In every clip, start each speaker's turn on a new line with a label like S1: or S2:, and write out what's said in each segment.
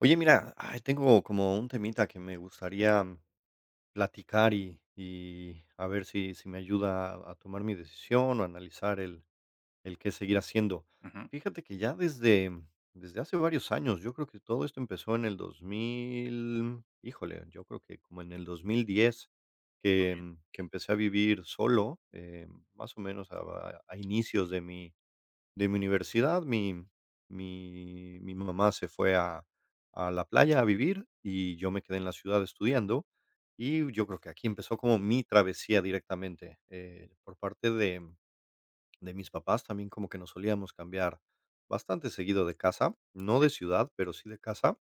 S1: Oye, mira, ay, tengo como un temita que me gustaría platicar y a ver si me ayuda a tomar mi decisión o analizar el qué seguir haciendo.
S2: Ujú, muy
S1: Fíjate que ya desde hace varios años, yo creo que todo esto empezó en el 2000, híjole, yo creo que como en el 2010 que,
S2: bien,
S1: que empecé a vivir solo, más o menos a, a inicios de de mi universidad, mi mamá se fue a la playa a vivir y yo me quedé en la ciudad estudiando, y yo creo que aquí empezó como mi travesía directamente, por parte de mis papás también como que nos solíamos cambiar bastante seguido de casa, no de ciudad, pero sí de casa.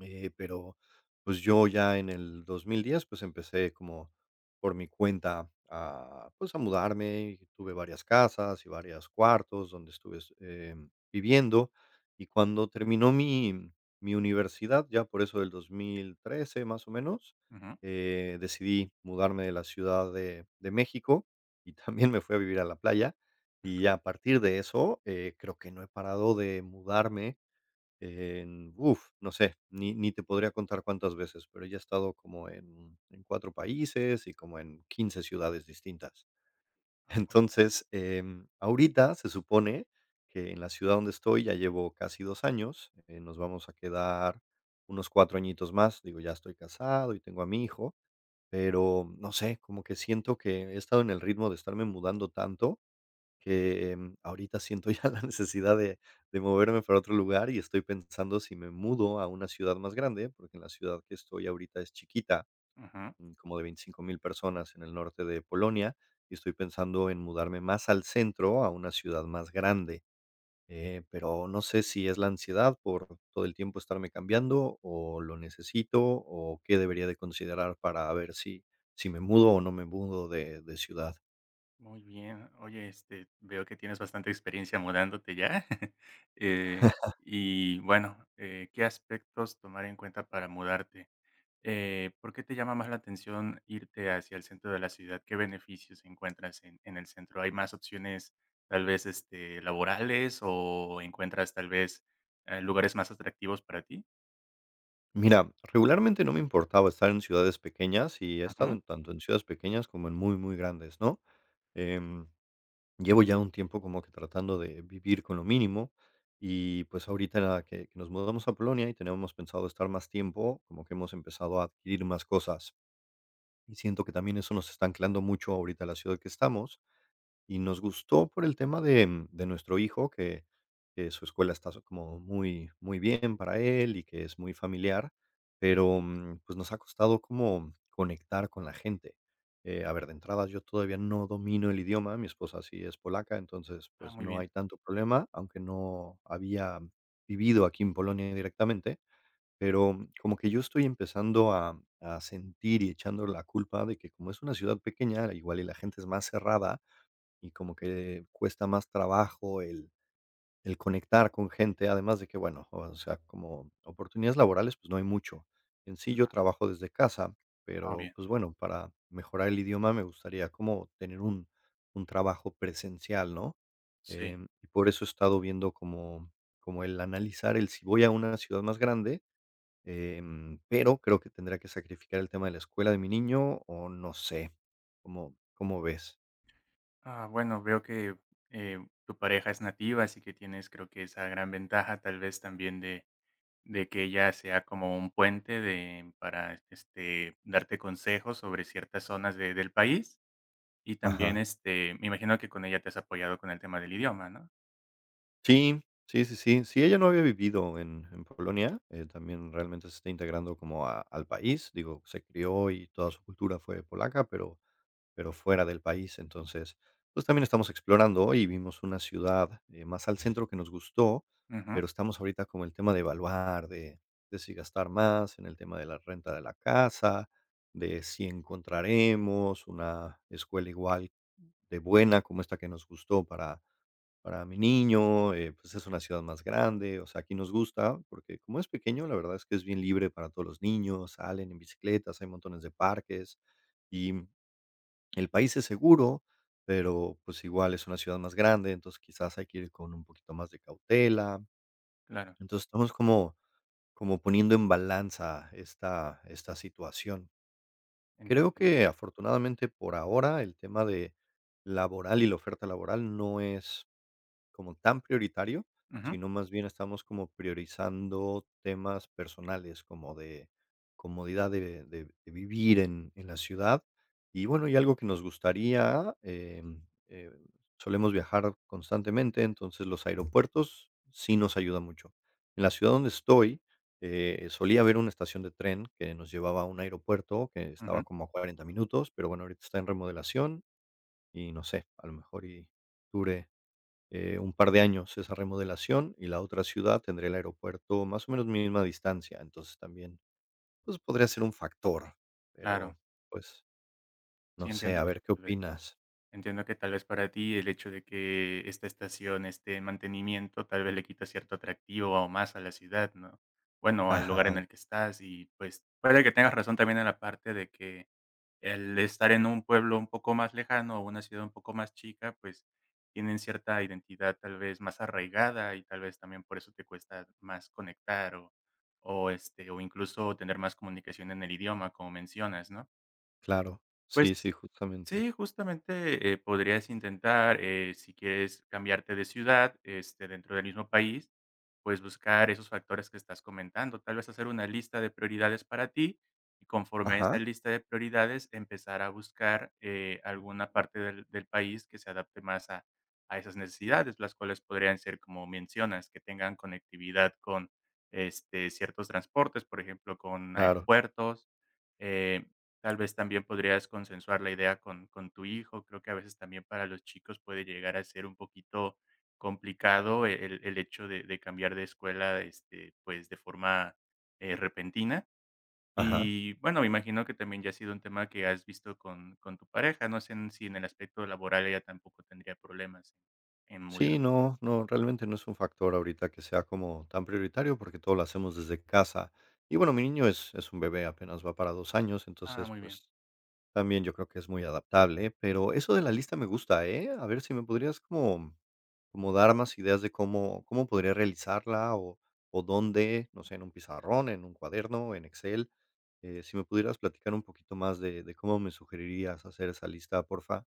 S1: Eh, pero, pues, yo ya en el 2010, pues, empecé como por mi cuenta a, pues, a mudarme, y tuve varias casas y varios cuartos donde estuve viviendo. Y cuando terminó mi universidad, ya por eso del 2013, más o menos,
S2: ujú.
S1: decidí mudarme de la Ciudad de México, y también me fui a vivir a la playa. Y a partir de eso, creo que no he parado de mudarme en, uf, no sé, ni te podría contar cuántas veces, pero ya he estado como en 4 países y como en 15 ciudades distintas.
S2: Ah, muy bien.
S1: Entonces, ahorita se supone que en la ciudad donde estoy ya llevo casi 2 años, nos vamos a quedar unos 4 añitos más. Digo, ya estoy casado y tengo a mi hijo, pero no sé, como que siento que he estado en el ritmo de estarme mudando tanto que, ahorita siento ya la necesidad de moverme para otro lugar y estoy pensando si me mudo a una ciudad más grande, porque en la ciudad que estoy ahorita es chiquita,
S2: Ujú,
S1: como de 25.000 personas en el norte de Polonia, y estoy pensando en mudarme más al centro, a una ciudad más grande, pero no sé si es la ansiedad por todo el tiempo estarme cambiando, o lo necesito, o qué debería de considerar para ver si me mudo o no me mudo de ciudad.
S2: muy bien. Oye, este, veo que tienes bastante experiencia mudándote ya. Eh, y bueno, ¿qué aspectos tomar en cuenta para mudarte? ¿Por qué te llama más la atención irte hacia el centro de la ciudad? ¿Qué beneficios encuentras en el centro? ¿Hay más opciones tal vez este, laborales o encuentras tal vez lugares más atractivos para ti?
S1: Mira, regularmente no me importaba estar en ciudades pequeñas y he estado
S2: Ujú.
S1: en tanto en ciudades pequeñas como en muy, muy grandes, ¿no? Em, llevo ya un tiempo como que tratando de vivir con lo mínimo y pues ahorita nada, que nos mudamos a Polonia y tenemos pensado estar más tiempo, como que hemos empezado a adquirir más cosas y siento que también eso nos está anclando mucho ahorita a la ciudad que estamos y nos gustó por el tema de nuestro hijo, que su escuela como muy muy bien para él y que es muy familiar, pero, pues, nos ha costado como conectar con la gente. A ver, de entrada, yo todavía no domino el idioma, mi esposa sí es polaca, entonces,
S2: Ah,
S1: pues,
S2: muy
S1: no
S2: bien.
S1: hay tanto problema, aunque no había vivido aquí en Polonia directamente, pero como que yo estoy empezando a sentir y echando la culpa de que como es una ciudad pequeña, igual y la gente es más cerrada, y como que cuesta más trabajo el conectar con gente, además de que, bueno, o sea, como oportunidades laborales, pues, no hay mucho. En sí,
S2: Mm.
S1: yo trabajo desde casa,
S2: Ah, muy
S1: pero,
S2: bien.
S1: pues, bueno, para mejorar el idioma me gustaría como tener un trabajo presencial, ¿no?
S2: Sí.
S1: Y por eso he estado viendo como como el analizar el si voy a una ciudad más grande, pero creo que tendría que sacrificar el tema de la escuela de mi niño, o no sé, ¿cómo cómo ves?
S2: Ah, bueno, veo que eh, tu pareja es nativa, así que tienes creo que esa gran ventaja tal vez también de que ella sea como un puente para este, darte consejos sobre ciertas zonas del país y también
S1: Ajá.
S2: este, me imagino que con ella te has apoyado con el tema del idioma, ¿no?
S1: Sí, sí, sí, sí. Sí, ella no había vivido en Polonia, también realmente se está integrando como a al país, digo, se crió y toda su cultura fue polaca, pero fuera del país. Entonces, pues, también estamos explorando y vimos una ciudad, más al centro que nos gustó,
S2: Ujú,
S1: pero estamos ahorita como el tema de evaluar, de si gastar más en el tema de la renta de la casa, de si encontraremos una escuela igual de buena como esta que nos gustó para mi niño, pues, es una ciudad más grande, o sea, aquí nos gusta, porque como es pequeño, la verdad es que es bien libre para todos los niños, salen en bicicletas, hay montones de parques, y el país es seguro, pero, pues, igual es una ciudad más grande, entonces quizás hay que ir con un poquito más de cautela.
S2: claro,
S1: Entonces, estamos como como poniendo en balanza esta esta situación. Creo
S2: entiendo.
S1: que afortunadamente por ahora el tema de laboral y la oferta laboral no es como tan prioritario,
S2: Ujú,
S1: sino más bien estamos como priorizando temas personales, como de comodidad de de vivir en la ciudad. Y bueno, y algo que nos gustaría, solemos viajar constantemente, entonces los aeropuertos sí nos ayudan mucho. En la ciudad donde estoy, solía haber una estación de tren que nos llevaba a un aeropuerto que
S2: ujú,
S1: estaba como a 40 minutos, pero bueno, ahorita está en remodelación y no sé, a lo mejor y dure un par de años esa remodelación y la otra ciudad tendría el aeropuerto más o menos misma distancia, entonces también, pues, podría ser un factor,
S2: claro,
S1: pero, pues,
S2: sí
S1: no sé,
S2: entiendo
S1: a
S2: que
S1: ver qué
S2: tal vez.
S1: opinas.
S2: Entiendo que tal vez para ti el hecho de que esta estación esté en mantenimiento tal vez le quita cierto atractivo o más a la ciudad, ¿no? Bueno, al
S1: Ajá,
S2: lugar en el que estás y pues puede que tengas razón también en la parte de que el estar en un pueblo un poco más lejano o una ciudad un poco más chica, pues tienen cierta identidad tal vez más arraigada y tal vez también por eso te cuesta más conectar o, este, o incluso tener más comunicación en el idioma, como mencionas, ¿no?
S1: claro.
S2: Pues
S1: Sí, sí, justamente.
S2: sí, justamente, podrías intentar, si quieres cambiarte de ciudad, este, dentro del mismo país, pues, buscar esos factores que estás comentando. Tal vez hacer una lista de prioridades para ti, y conforme a esa
S1: Ajá,
S2: lista de prioridades, empezar a buscar, alguna parte del país que se adapte más a esas necesidades, las cuales podrían ser, como mencionas, que tengan conectividad con, este, ciertos transportes, por ejemplo, con
S1: claro.
S2: aeropuertos, eh, Tal vez también podrías consensuar la idea con tu hijo. Creo que a veces también para los chicos puede llegar a ser un poquito complicado el hecho de cambiar de escuela este, pues de forma repentina.
S1: Ajá.
S2: Y bueno, me imagino que también ya ha sido un tema que has visto con tu pareja. No sé si en el aspecto laboral ella tampoco tendría problemas en mudar.
S1: Sí, no, no, realmente no es un factor ahorita que sea como tan prioritario porque todo lo hacemos desde casa. Y bueno, mi niño es un bebé, apenas va para 2 años,
S2: Ah,
S1: entonces,
S2: muy bien.
S1: pues. También yo creo que es muy adaptable, pero eso de la lista me gusta, ¿eh? A ver si me podrías como como dar más ideas de cómo cómo podría realizarla o dónde, no sé, en un pizarrón, en un cuaderno, en Excel. Si me pudieras platicar un poquito más de cómo me sugerirías hacer esa lista, porfa.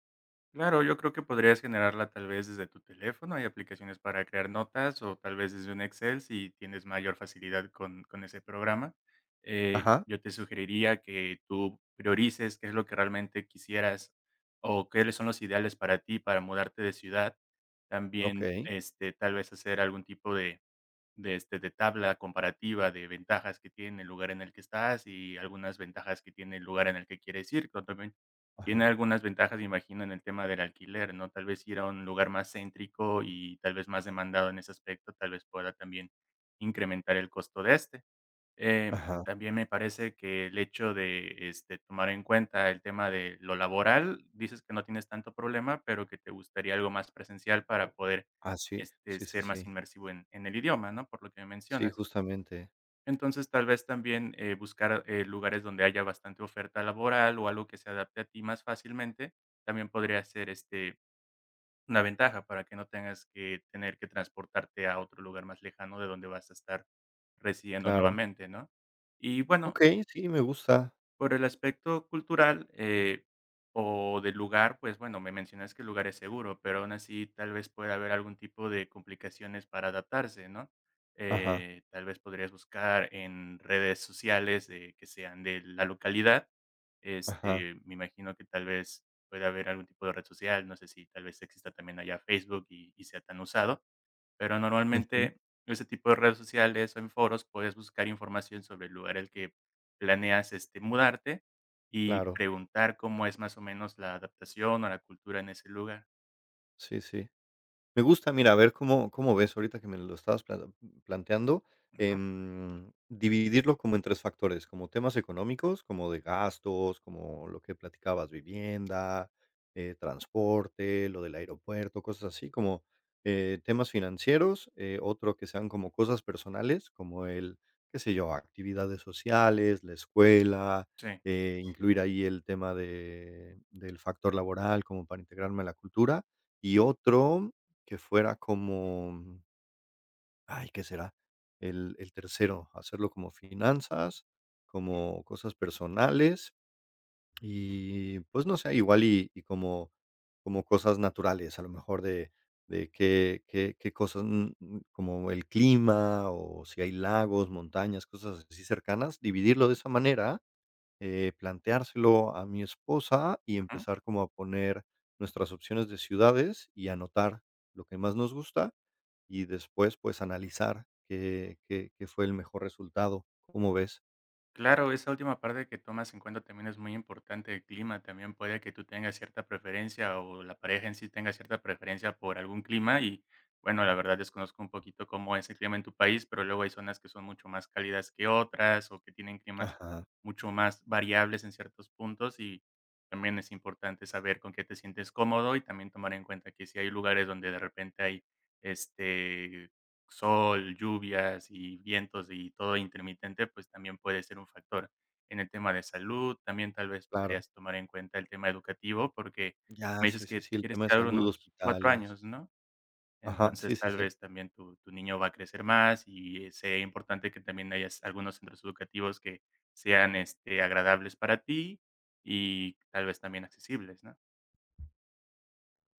S2: Claro, yo creo que podrías generarla tal vez desde tu teléfono. Hay aplicaciones para crear notas o tal vez desde un Excel si tienes mayor facilidad con ese programa. Eh,
S1: Ajá,
S2: yo te sugeriría que tú priorices qué es lo que realmente quisieras o qué son los ideales para ti para mudarte de ciudad. También,
S1: okey.
S2: este, tal vez hacer algún tipo de tabla comparativa de ventajas que tiene el lugar en el que estás y algunas ventajas que tiene el lugar en el que quieres ir, pero también tiene
S1: Ajá,
S2: algunas ventajas, me imagino, en el tema del alquiler, ¿no? Tal vez ir a un lugar más céntrico y tal vez más demandado en ese aspecto, tal vez pueda también incrementar el costo de este. Eh,
S1: ajá.
S2: También me parece que el hecho de, este, tomar en cuenta el tema de lo laboral, dices que no tienes tanto problema, pero que te gustaría algo más presencial para poder,
S1: Ah, sí,
S2: este,
S1: sí, sí,
S2: ser más
S1: sí.
S2: inmersivo en el idioma, ¿no? Por lo que me
S1: Sí,
S2: mencionas.
S1: justamente,
S2: Entonces, tal vez también, buscar, lugares donde haya bastante oferta laboral o algo que se adapte a ti más fácilmente, también podría ser, este, una ventaja para que no tengas que tener que transportarte a otro lugar más lejano de donde vas a estar residiendo
S1: claro.
S2: nuevamente, ¿no? Y bueno,
S1: Okey, sí, me gusta.
S2: por el aspecto cultural, o del lugar, pues, bueno, me mencionas que el lugar es seguro, pero aún así tal vez pueda haber algún tipo de complicaciones para adaptarse, ¿no?
S1: Ajá,
S2: Tal vez podrías buscar en redes sociales, que sean de la localidad.
S1: ajá.
S2: Este, me imagino que tal vez pueda haber algún tipo de red social, no sé si tal vez exista también allá Facebook y sea tan usado. Pero
S1: Ujú,
S2: normalmente en ese tipo de redes sociales o en foros puedes buscar información sobre el lugar al que planeas, este, mudarte y
S1: claro.
S2: preguntar cómo es más o menos la adaptación o la cultura en ese lugar.
S1: Sí, sí. Me gusta, mira, a ver cómo cómo ves ahorita que me lo estabas planteando,
S2: Ujú,
S1: dividirlo como en 3 factores, como temas económicos, como de gastos, como lo que platicabas, vivienda, transporte, lo del aeropuerto, cosas así, como, temas financieros, otro que sean como cosas personales, como el, qué sé yo, actividades sociales, la escuela,
S2: sí,
S1: incluir ahí el tema de del factor laboral como para integrarme a la cultura, y otro que fuera como, ay, ¿qué será? El tercero, hacerlo como finanzas, como cosas personales y pues no sé, igual y como, como cosas naturales, a lo mejor de qué, qué cosas, como el clima o si hay lagos, montañas, cosas así cercanas, dividirlo de esa manera planteárselo a mi esposa y
S2: ujú.
S1: empezar como a poner nuestras opciones de ciudades y anotar lo que más nos gusta y después, pues, analizar qué qué fue el mejor resultado, ¿cómo ves?
S2: Claro, esa última parte que tomas en cuenta también es muy importante, el clima, también puede que tú tengas cierta preferencia o la pareja en sí tenga cierta preferencia por algún clima y bueno, la verdad desconozco un poquito cómo es el clima en tu país, pero luego hay zonas que son mucho más cálidas que otras o que tienen climas
S1: Ajá.
S2: mucho más variables en ciertos puntos y también es importante saber con qué te sientes cómodo y también tomar en cuenta que si hay lugares donde de repente hay este sol, lluvias y vientos y todo intermitente, pues también puede ser un factor en el tema de salud. También tal vez
S1: Claro.
S2: podrías tomar en cuenta el tema educativo, porque
S1: Ya,
S2: me dices
S1: sí, sí,
S2: que
S1: sí,
S2: te
S1: el
S2: quieres
S1: tema de
S2: quedar
S1: salud,
S2: unos 4
S1: hospitales.
S2: años, ¿no?
S1: Ajá, sí,
S2: Entonces,
S1: sí,
S2: tal
S1: sí.
S2: vez también tu niño va a crecer más y sea importante que también hayas algunos centros educativos que sean, este, agradables para ti y tal vez también accesibles, ¿no?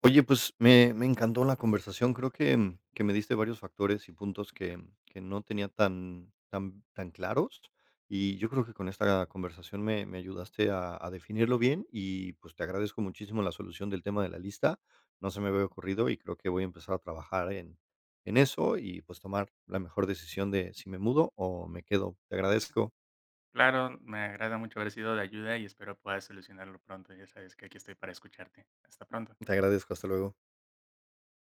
S1: Oye, pues me encantó la conversación. Creo que, que me diste varios factores y puntos que, que no tenía tan, tan, tan claros. Y yo creo que con esta conversación me, me ayudaste a definirlo bien y pues te agradezco muchísimo la solución del tema de la lista. No se me había ocurrido y creo que voy a empezar a trabajar en eso y pues tomar la mejor decisión de si me mudo o me quedo. Te agradezco.
S2: Claro, me agrada mucho haber sido de ayuda y espero puedas solucionarlo pronto. Ya sabes que aquí estoy para escucharte. Hasta pronto.
S1: Te agradezco. Hasta luego.